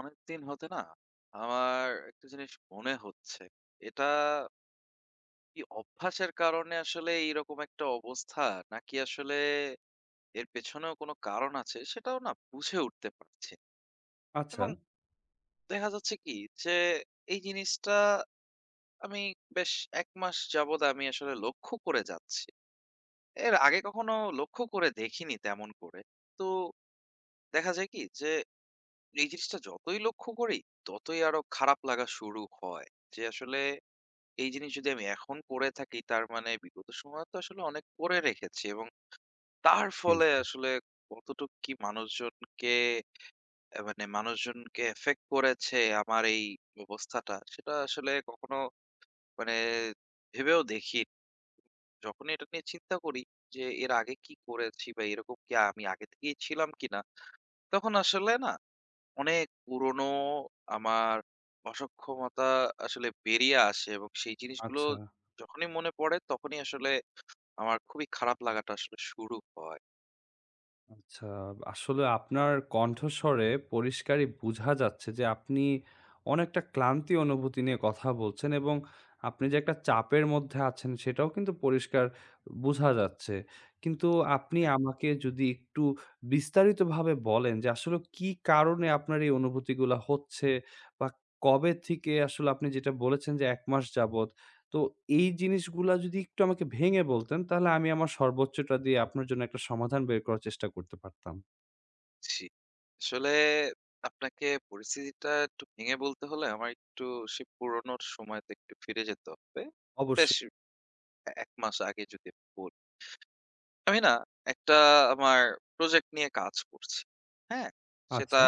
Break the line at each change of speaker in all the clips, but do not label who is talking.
অনেকদিন হতে না আমার একটা জিনিস মনে হচ্ছে। এটা কি অভ্যাসের কারণে আসলে এইরকম একটা অবস্থা? নাকি আসলে এর পেছনেও কোনো কারণ আছে সেটাও না বুঝে উঠতে পারছি না।
আচ্ছা।
এবং দেখা যাচ্ছে কি যে এই জিনিসটা আমি বেশ ১ মাস যাবৎ আমি আসলে লক্ষ্য করে যাচ্ছি। এর আগে কখনো লক্ষ্য করে দেখিনি তেমন করে। তো দেখা যায় কি যে এই জিনিসটা যতই লক্ষ্য করি ততই আরো খারাপ লাগা শুরু হয়। যে আসলে এই জিনিস যদি আমি এখন করে থাকি তার মানে বিগত সময়ে তো আসলে অনেক করে রেখেছি, এবং তার
জি,
ফলে
জি।
আসলে কতটুকু কি মানুষজনকে মানে মানুষজনকে এফেক্ট করেছে আমার এই অবস্থাটা, সেটা আসলে কখনো মানে ভেবেও দেখি। যখনই এটা নিয়ে চিন্তা করি যে এর আগে কি করেছি বা এরকম কি আমি আগে থেকেই ছিলাম কিনা, তখন আসলে না অনেক পুরনো আমার অসক্ষমতা আসলে বেরিয়ে আসে, এবং সেই জিনিসগুলো
আচ্ছা,
যখনই মনে পড়ে তখনই আসলে আমার খুবই খারাপ লাগাটা আসলে শুরু হয়।
আচ্ছা। আসলে আপনার কণ্ঠস্বরে পরিষ্কারই বুঝা যাচ্ছে যে আপনি অনেকটা ক্লান্তি অনুভূতি নিয়ে কথা বলছেন এবং আপনি যে একটা চাপের মধ্যে আছেন সেটাও কিন্তু পরিষ্কার বুঝা যাচ্ছে। কিন্তু আপনি
হ্যাঁ,
আমাকে যদি একটু বিস্তারিতভাবে বলেন যে আসলে কি কারণে আপনার এই অনুভূতিগুলা হচ্ছে বা কবে থেকে আসলে আপনি যেটা বলেছেন যে ১ মাস যাবৎ তো এই জিনিসগুলা যদি একটু আমাকে ভেঙে বলতেন, তাহলে আমি আমার সর্বোচ্চটা দিয়ে আপনার জন্য একটা সমাধান বের করার চেষ্টা করতে পারতাম।
জি। আসলে আপনাকে পরিস্থিতিটা একটু ভেঙে বলতে হলে আমার একটু সেই পুরোনো সময়তে একটু ফিরে যেতে হবে। বেশ
অবশ্যই।
১ মাস আগে যদি বলি। আমি না একটা আমার প্রজেক্ট নিয়ে কাজ করছি। হ্যাঁ? সেটা
আচ্ছা।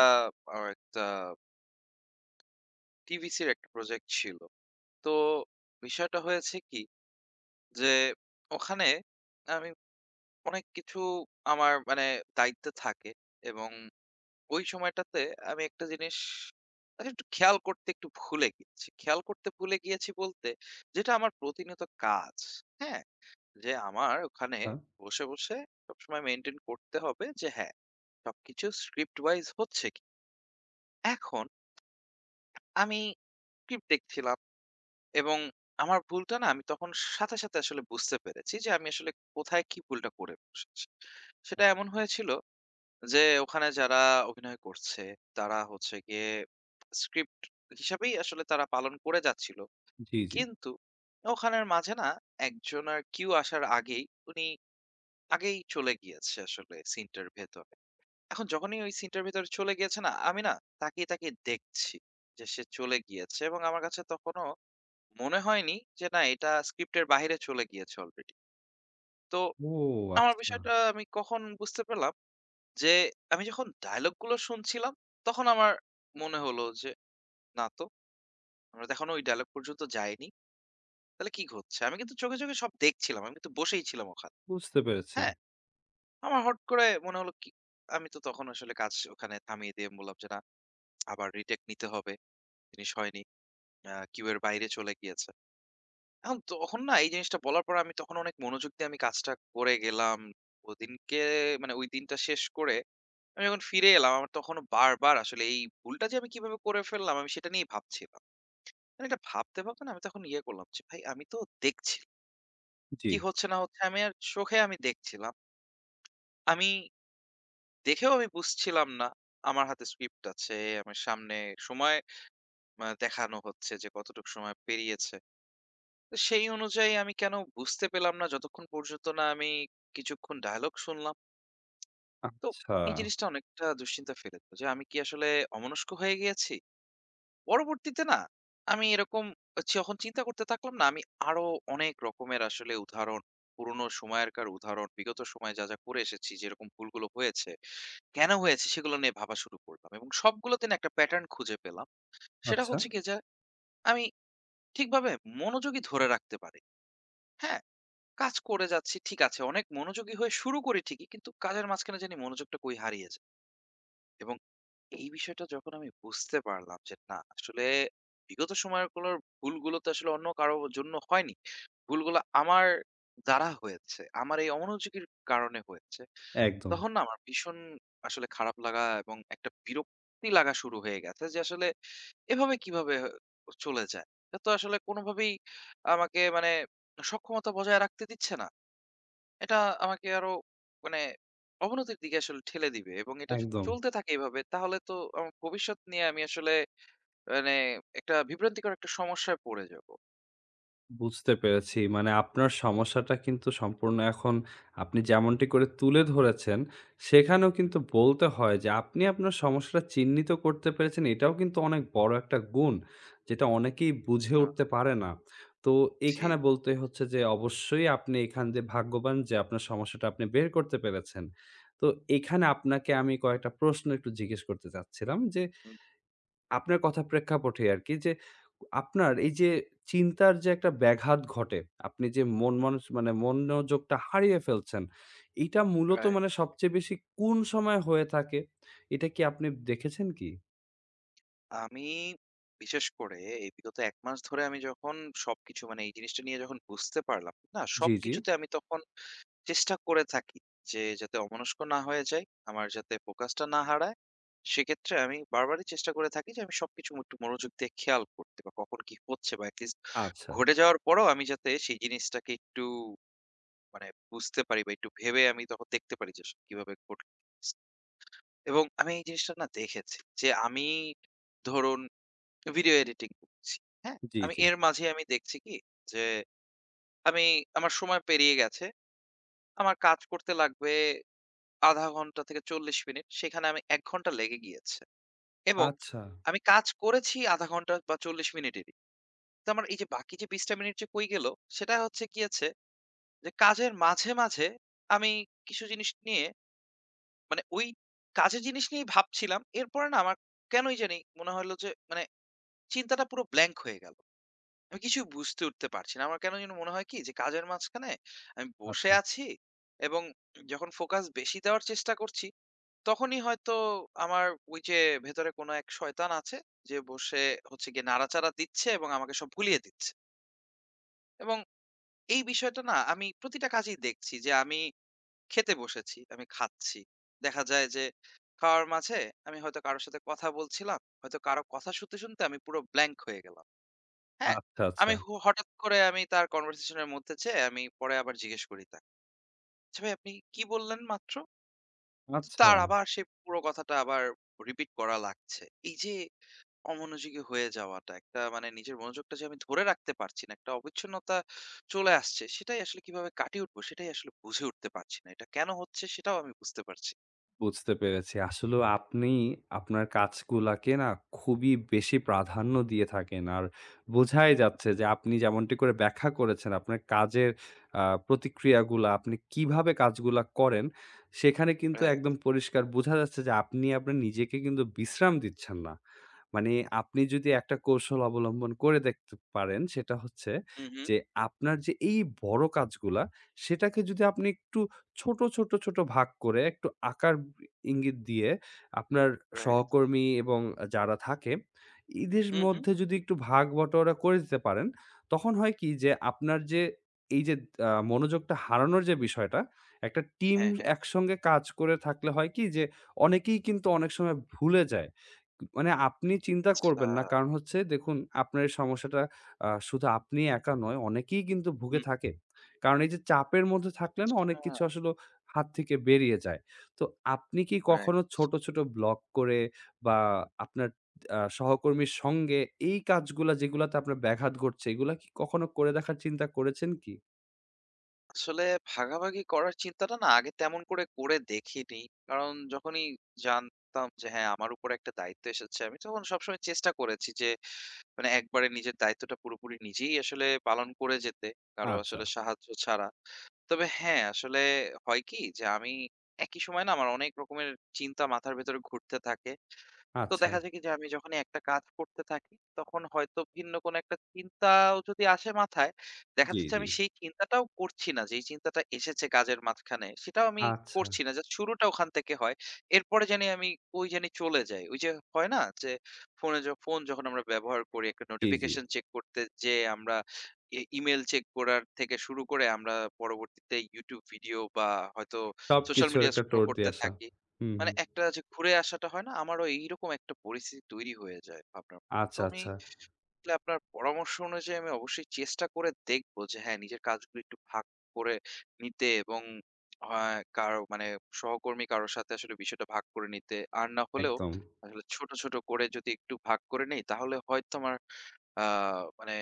আমার একটা টিভিসির একটা প্রজেক্ট ছিল। তো বিষয়টা হয়েছে কি যে ওখানে আমি অনেক কিছু আমার মানে দায়িত্বে থাকে, এবং ওই সময়টাতে আমি একটা জিনিস একটু খেয়াল করতে একটু ভুলে গিয়েছি। খেয়াল করতে ভুলে গিয়েছি বলতে, যেটা আমার প্রতিনিয়ত কাজ। হ্যাঁ? যে আমার ওখানে
হ্যাঁ।
বসে, বসে সবসময় মেইনটেইন করতে হবে যে হ্যাঁ, সবকিছু script wise হচ্ছে কি? এখন আমি স্ক্রিপ্ট দেখছিলাম, এবং আমার ভুলটা না আমি তখন সাথে, সাথে আসলে বুঝতে পেরেছি যে আমি আসলে কোথায় কি ভুলটা করে বসেছি। সেটা এমন
আ-
হয়েছিল যে ওখানে যারা অভিনয় করছে, তারা হচ্ছে গিয়ে স্ক্রিপ্ট হিসাবেই আসলে তারা পালন করে যাচ্ছিল।
জি, জি।
কিন্তু ওখানের মাঝে না একজনের কিউ আসার আগেই উনি আগেই চলে গিয়েছে আসলে সিনটার ভেতরে। এখন যখনই ওই সিনটার ভেতরে চলে গিয়েছে না, আমি না তাকিয়ে, তাকিয়ে দেখছি যে সে চলে গিয়েছে, এবং আমার কাছে তখনও মনে হয়নি যে না এটা স্ক্রিপ্টের বাহিরে চলে গিয়েছে অলরেডি। তো
ও
আমার
আচ্ছা।
বিষয়টা আমি কখন বুঝতে পারলাম যে আমি যখন ডায়ালগ গুলো শুনছিলাম, তখন আমার মনে হলো যে, "না তো, আমরা তো এখনো ওই ডায়ালগ পর্যন্ত যাইনি। তাহলে কি ঘটছে?" আমি কিন্তু চোখে, চোখে সব দেখছিলাম। আমি কিন্তু বসেই ছিলাম ওখানে।
বুঝতে পেরেছি।
হ্যাঁ? আমার হট করে মনে হলো কি আমি তো তখন আসলে কাজ ওখানে থামিয়ে দিয়ে আমি বললাম যে, "না, আবার রিটেক নিতে হবে। জিনিস হয়নি। কিউ এর বাইরে চলে গিয়েছে।" এখন তখন না এই জিনিসটা বলার পর আমি তখন অনেক মনোযোগ দিয়ে আমি কাজটা করে গেলাম। ওদিনকে মানে ওই দিনটা শেষ করে আমি যখন ফিরে এলাম, আমার তখনও বারবার আসলে এই ভুলটা যে আমি কিভাবে করে ফেললাম, আমি সেটা নিয়েই ভাবছিলাম। মানে এটা ভাবতে, ভাবতে না আমি তখন ইয়ে করলাম যে, "ভাই আমি তো দেখছি।
জি।
কি হচ্ছে না হচ্ছে আমি আর চোখে আমি দেখছিলাম। আমি দেখেও আমি বুঝছিলাম না। আমার হাতে স্ক্রিপ্ট আছে, আমার সামনে সময় দেখানো হচ্ছে যে কতটুকু সময় পেরিয়েছে। তো সেই অনুযায়ী আমি কেন বুঝতে পেলাম না যতক্ষণ পর্যন্ত না আমি কিছুক্ষণ ডায়ালগ শুনলাম।" তো
আচ্ছা,
এই জিনিসটা অনেকটা দুশ্চিন্তায় ফেলে দিল যে আমি কি আসলে অমনস্ক হয়ে গিয়েছি? পরবর্তীতে না আমি এরকম যখন চিন্তা করতে থাকলাম, না আমি আরো অনেক রকমের আসলে উদাহরণ পুরোনো সময়কার উদাহরণ বিগত সময়ে যা যা করে এসেছি যেরকম ভুলগুলো হয়েছে কেন হয়েছে সেগুলো নিয়ে ভাবা শুরু করলাম, এবং সবগুলোতে না একটা প্যাটার্ন খুঁজে পেলাম। সেটা
আচ্ছা।
হচ্ছে কি যে আমি ঠিকভাবে মনোযোগী ধরে রাখতে পারি, হ্যাঁ কাজ করে যাচ্ছি ঠিক আছে অনেক মনোযোগী হয়ে শুরু করি ঠিকই, কিন্তু কাজের মাঝখানে জানি মনোযোগটা কই হারিয়ে যায়। এবং এই বিষয়টা যখন আমি বুঝতে পারলাম যে না আসলে বিগত সময়গুলোর ভুলগুলো তো আসলে অন্য কারো জন্য হয়নি। ভুলগুলো আমার দ্বারা হয়েছে। আমার এই অমনোযোগীর কারণে হয়েছে।
একদম,
তখন না আমার ভীষণ আসলে খারাপ লাগা এবং একটা বিরক্তি লাগা শুরু হয়ে গেছে যে আসলে এভাবে কিভাবে চলে যায়? এটা তো আসলে কোনোভাবেই আমাকে মানে সক্ষমতা বজায় রাখতে দিচ্ছে না। এটা আমাকে আরো মানে অবনতির দিকে আসলে ঠেলে দিবে, এবং এটা যদি
একদম।
চলতে থাকে এভাবে তাহলে তো আমার ভবিষ্যৎ নিয়ে আমি আসলে মানে একটা বিভ্রান্তিকর একটা সমস্যায় পড়ে যাব।
বুঝতে পেরেছি। মানে আপনার সমস্যাটা কিন্তু সম্পূর্ণ এখন আপনি যেমনটি করে তুলে ধরেছেন, সেখানেও
হুম,
কিন্তু বলতে হয় যে আপনি আপনার সমস্যাটা চিহ্নিত করতে পেরেছেন, এটাও কিন্তু অনেক বড় একটা গুণ, যেটা অনেকেই বুঝে
আচ্ছা,
উঠতে পারে না। তো
জি।
এখানে বলতে হচ্ছে যে অবশ্যই আপনি এখান দিয়ে ভাগ্যবান যে আপনার সমস্যাটা আপনি বের করতে পেরেছেন। তো এখানে আপনাকে আমি কয়েকটা প্রশ্ন একটু জিজ্ঞেস করতে চাচ্ছিলাম যে
হুম,
আপনার কথার প্রেক্ষাপটে আরকি যে, আপনার এই যে চিন্তার যে একটা ব্যাঘাত ঘটে, আপনি যে মন
হুম,
মানস মানে মনোযোগটা হারিয়ে ফেলছেন, এইটা মূলত
রাইট।
মানে সবচেয়ে বেশি কোন সময় হয়ে থাকে? এটা কি আপনি দেখেছেন কি?
আমি বিশেষ করে এই বিগত ১ মাস ধরে আমি যখন সবকিছু মানে এই জিনিসটা নিয়ে যখন বুঝতে পারলাম, না?
জি, জি।
সবকিছুতে আমি তখন চেষ্টা করে থাকি যে যাতে অমনস্ক না হয়ে যাই, আমার যাতে ফোকাসটা না হারায়। সেক্ষেত্রে আমি বারবারই চেষ্টা করে থাকি যে আমি সবকিছু একটু মনোযোগ দিয়ে খেয়াল করতে বা কখন কি হচ্ছে বা এটলিস্ট
আচ্ছা।
ঘটে যাওয়ার পরেও আমি যাতে সেই জিনিসটাকে একটু মানে বুঝতে পারি বা একটু ভেবে আমি তখন দেখতে পারি যে আসলে কিভাবে ঘটল। এবং আমি এই জিনিসটা না দেখেছি যে আমি ধরুন ভিডিও এডিটিং করছি। হ্যাঁ?
জি,
আমি
জি।
এর মাঝে আমি দেখছি কি যে আমি আমার সময় পেরিয়ে গেছে। আমার কাজ করতে লাগবে ০.৫ ঘন্টা থেকে ৪০ মিনিট। সেখানে আমি ১ ঘন্টা লেগে গিয়েছে। এবং
আচ্ছা,
আমি কাজ করেছি ০.৫ ঘন্টা বা ৪০ মিনিটেরই। তো আমার এই যে বাকি যে ২০ টা মিনিট যে কই গেল, সেটা হচ্ছে গিয়েছে যে কাজের মাঝে, মাঝে আমি কিছু জিনিস নিয়ে মানে ওই কাজের জিনিস নিয়েই ভাবছিলাম। এরপরে না আমার কেনই জানি মনে হলো যে মানে চিন্তাটা পুরো ব্ল্যাংক হয়ে গেল। আমি কিছুই বুঝতে উঠতে পারছি না। আমার কেন যেন মনে হয় কি যে কাজের মাঝখানে আমি বসে
আচ্ছা,
আছি, এবং যখন ফোকাস বেশি দেওয়ার চেষ্টা করছি, তখনই হয়তো আমার ওই যে ভেতরে কোনো এক শয়তান আছে যে বসে হচ্ছে গিয়ে নাড়াচাড়া দিচ্ছে এবং আমাকে সব ভুলিয়ে দিচ্ছে। এবং এই বিষয়টা না আমি প্রতিটা কাজেই দেখছি যে আমি খেতে বসেছি, আমি খাচ্ছি। দেখা যায় যে খাওয়ার মাঝে আমি হয়তো কারো সাথে কথা বলছিলাম। হয়তো কারো কথা শুনতে, শুনতে আমি পুরো ব্ল্যাংক হয়ে গেলাম। হ্যাঁ,
আচ্ছা, আচ্ছা,
আমি হঠাৎ করে আমি তার কনভারসেশন এর মধ্যে যেয়ে আমি পরে আবার জিজ্ঞেস করি তাকে। "আচ্ছা ভাই আপনি কি বললেন মাত্র?" তো
আচ্ছা।
তার আবার সেই পুরো কথাটা আবার রিপিট করা লাগছে। এই যে অমনোযোগী হয়ে যাওয়াটা, একটা মানে নিজের মনোযোগটা যে আমি ধরে রাখতে পারছি না, একটা অবিচ্ছিন্নতা চলে আসছে, সেটাই আসলে কিভাবে কাটিয়ে উঠবো সেটাই আসলে বুঝে উঠতে পারছি না। এটা কেন হচ্ছে সেটাও আমি বুঝতে পারছি।
বুঝতে পেরেছি। আসলেও আপনি আপনার কাজগুলাকে না খুবই বেশি প্রাধান্য দিয়ে থাকেন। আর বোঝাই
হুম,
যাচ্ছে যে আপনি যেমনটি করে ব্যাখ্যা করেছেন আপনার কাজের প্রতিক্রিয়াগুলা আপনি কিভাবে কাজগুলা করেন, সেখানে কিন্তু
রাইট।
একদম পরিষ্কার বোঝা যাচ্ছে যে আপনি আপনার নিজেকে কিন্তু বিশ্রাম দিচ্ছেন না। মানে আপনি যদি একটা কৌশল অবলম্বন করে দেখতে পারেন সেটা হচ্ছে
হু, হু,
যে আপনার যে এই বড় কাজগুলা সেটাকে যদি আপনি একটু ছোট, ছোট, ছোট ভাগ করে একটু আকার ইঙ্গিত দিয়ে আপনার
রাইট।
সহকর্মী এবং যারা থাকে, এদের
হু, হু।
মধ্যে যদি একটু ভাগ বটোয়ারা করে দিতে পারেন, তখন হয় কি যে আপনার যে এই যে মনোযোগটা হারানোর যে বিষয়টা, একটা টিম
হ্যাঁ, হ্যাঁ।
একসঙ্গে কাজ করে থাকলে হয় কি যে অনেকেই কিন্তু অনেক সময় ভুলে যায়। মানে আপনি চিন্তা
আচ্ছা।
করবেন না। কারণ হচ্ছে দেখুন আপনার এই সমস্যাটা শুধু আপনি একা নয়, অনেকেই কিন্তু ভুগে
হুম,
থাকে। কারণ এই যে চাপের মধ্যে থাকলে না অনেক কিছু
আচ্ছা,
আসলে হাত থেকে বেরিয়ে যায়। তো আপনি কি
রাইট।
কখনো ছোট, ছোট ব্লগ করে বা আপনার সহকর্মীর সঙ্গে এই কাজগুলা যেগুলাতে আপনার ব্যাঘাত ঘটছে, এগুলা কি কখনো করে দেখার চিন্তা করেছেন কি?
আসলে ভাগাভাগি করার চিন্তাটা না আগে তেমন করে করে দেখিনি। কারণ যখনই জানতাম যে হ্যাঁ, আমার উপর একটা দায়িত্ব এসেছে, আমি তখন সবসময় চেষ্টা করেছি যে মানে একবারে নিজের দায়িত্বটা পুরোপুরি নিজেই আসলে পালন করে যেতে, কারো
আচ্ছা,
আসলে সাহায্য ছাড়া। তবে হ্যাঁ, আসলে হয় কি যে আমি একই সময় না আমার অনেক রকমের চিন্তা মাথার ভেতরে ঘুরতে থাকে। তো
আচ্ছা।
দেখা যায় কি যে আমি যখনই একটা কাজ করতে থাকি তখন হয়তো ভিন্ন কোনো একটা চিন্তাও যদি আসে মাথায়, দেখা
জি,
যাচ্ছে
জি।
আমি সেই চিন্তাটাও করছি না, যেই চিন্তাটা এসেছে কাজের মাঝখানে সেটাও আমি
আচ্ছা।
করছি না, জাস্ট শুরুটা ওখান থেকে হয়। এরপরে জানি আমি ওই জানি চলে যাই ওই যে হয় না যে ফোনে ফোন যখন আমরা ব্যবহার করি একটা
জি, জি।
নোটিফিকেশন চেক করতে, যে আমরা ইমেল চেক করার থেকে শুরু করে আমরা পরবর্তীতে ইউটিউব ভিডিও বা হয়তো সোশ্যাল
সবকিছুর
মিডিয়া
একটা
স্ক্রল
ট্যুর
করতে
দিয়ে আসা।
থাকি,
হুম,
মানে
হুম।
একটা যে ঘুরে আসাটা হয় না? আমারও এইরকম একটা পরিস্থিতি তৈরি হয়ে যায় ভাবনার মধ্যে। তো
আচ্ছা,
আমি
আচ্ছা।
আসলে আপনার পরামর্শ অনুযায়ী আমি অবশ্যই চেষ্টা করে দেখব যে হ্যাঁ, নিজের কাজগুলো একটু ভাগ করে নিতে, এবং আ কারো মানে সহকর্মী কারো সাথে আসলে বিষয়টা ভাগ করে নিতে। আর না হলেও
একদম।
আসলে ছোট, ছোট করে যদি একটু ভাগ করে নেই তাহলে হয়তো আমার আ মানে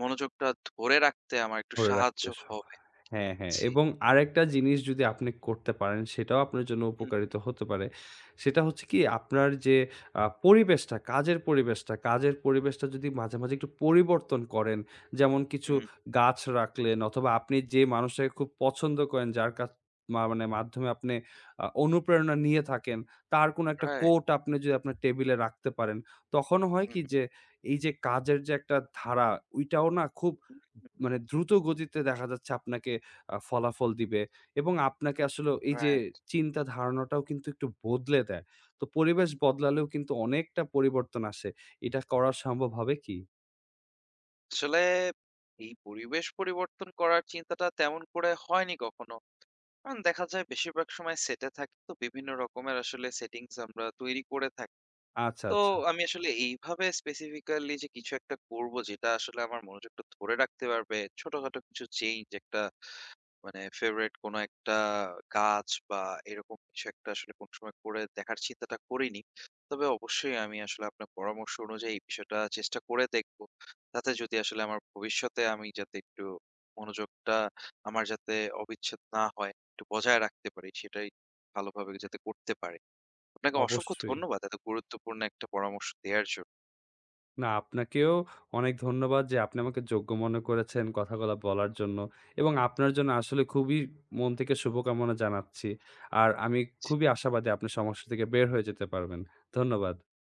মনোযোগটা ধরে রাখতে আমার একটু
ধরে
সাহায্য
রাখতে সখ
হবে।
হ্যাঁ, হ্যাঁ
জি।
এবং আরেকটা জিনিস যদি আপনি করতে পারেন সেটাও আপনার জন্য
হুম,
উপকারিত হতে পারে। সেটা হচ্ছে কি আপনার যে পরিবেশটা, কাজের পরিবেশটা, কাজের পরিবেশটা যদি মাঝে, মাঝে একটু পরিবর্তন করেন, যেমন কিছু
হুম।
গাছ রাখলেন অথবা আপনি যে মানুষটাকে খুব পছন্দ করেন যার কাছ মানে মাধ্যমে আপনি অনুপ্রেরণা নিয়ে থাকেন, তার কোনো একটা
রাইট।
কোট আপনি যদি আপনার টেবিলে রাখতে পারেন, তখন হয় কি
হুম,
যে এই যে কাজের যে একটা ধারা, ওইটাও না খুব
হুম,
মানে দ্রুত গতিতে দেখা যাচ্ছে আপনাকে ফলাফল দিবে এবং আপনাকে আসলে এই যে
রাইট।
চিন্তা ধারণাটাও কিন্তু একটু বদলে দেয়। তো পরিবেশ বদলালেও কিন্তু অনেকটা পরিবর্তন আসে। এটা করা সম্ভব হবে কি?
আসলে এই পরিবেশ পরিবর্তন করার চিন্তাটা তেমন করে হয়নি কখনো। কারণ দেখা যায় বেশিরভাগ সময় সেটে থাকি, তো বিভিন্ন রকমের আসলে সেটিংস আমরা তৈরি করে থাকি।
আচ্ছা,
তো
আচ্ছা।
আমি আসলে এইভাবে স্পেসিফিক্যালি যে কিছু একটা করব যেটা আসলে আমার মনোযোগটা ধরে রাখতে পারবে, ছোটখাটো কিছু চেঞ্জ একটা মানে ফেভারিট কোনো একটা কাজ বা এরকম কিছু একটা আসলে কোন সময় করে দেখার চিন্তাটা করিনি। তবে অবশ্যই আমি আসলে আপনার পরামর্শ অনুযায়ী এই বিষয়টা চেষ্টা করে দেখব। তাতে যদি আসলে আমার ভবিষ্যতে আমি যাতে একটু মনোযোগটা আমার যাতে অবিচ্ছেদ না হয়, একটু বজায় রাখতে পারি সেটাই ভালোভাবে যাতে করতে পারি। আপনাকে অসংখ্য
অবশ্যই।
ধন্যবাদ এত গুরুত্বপূর্ণ একটা পরামর্শ দেয়ার জন্য।
না আপনাকেও অনেক ধন্যবাদ যে আপনি আমাকে যোগ্য মনে করেছেন কথাগুলা বলার জন্য এবং আপনার জন্য আসলে খুবই মন থেকে শুভকামনা জানাচ্ছি। আর আমি খুবই আশাবাদী আপনি সমস্যা থেকে বের হয়ে যেতে পারবেন। ধন্যবাদ।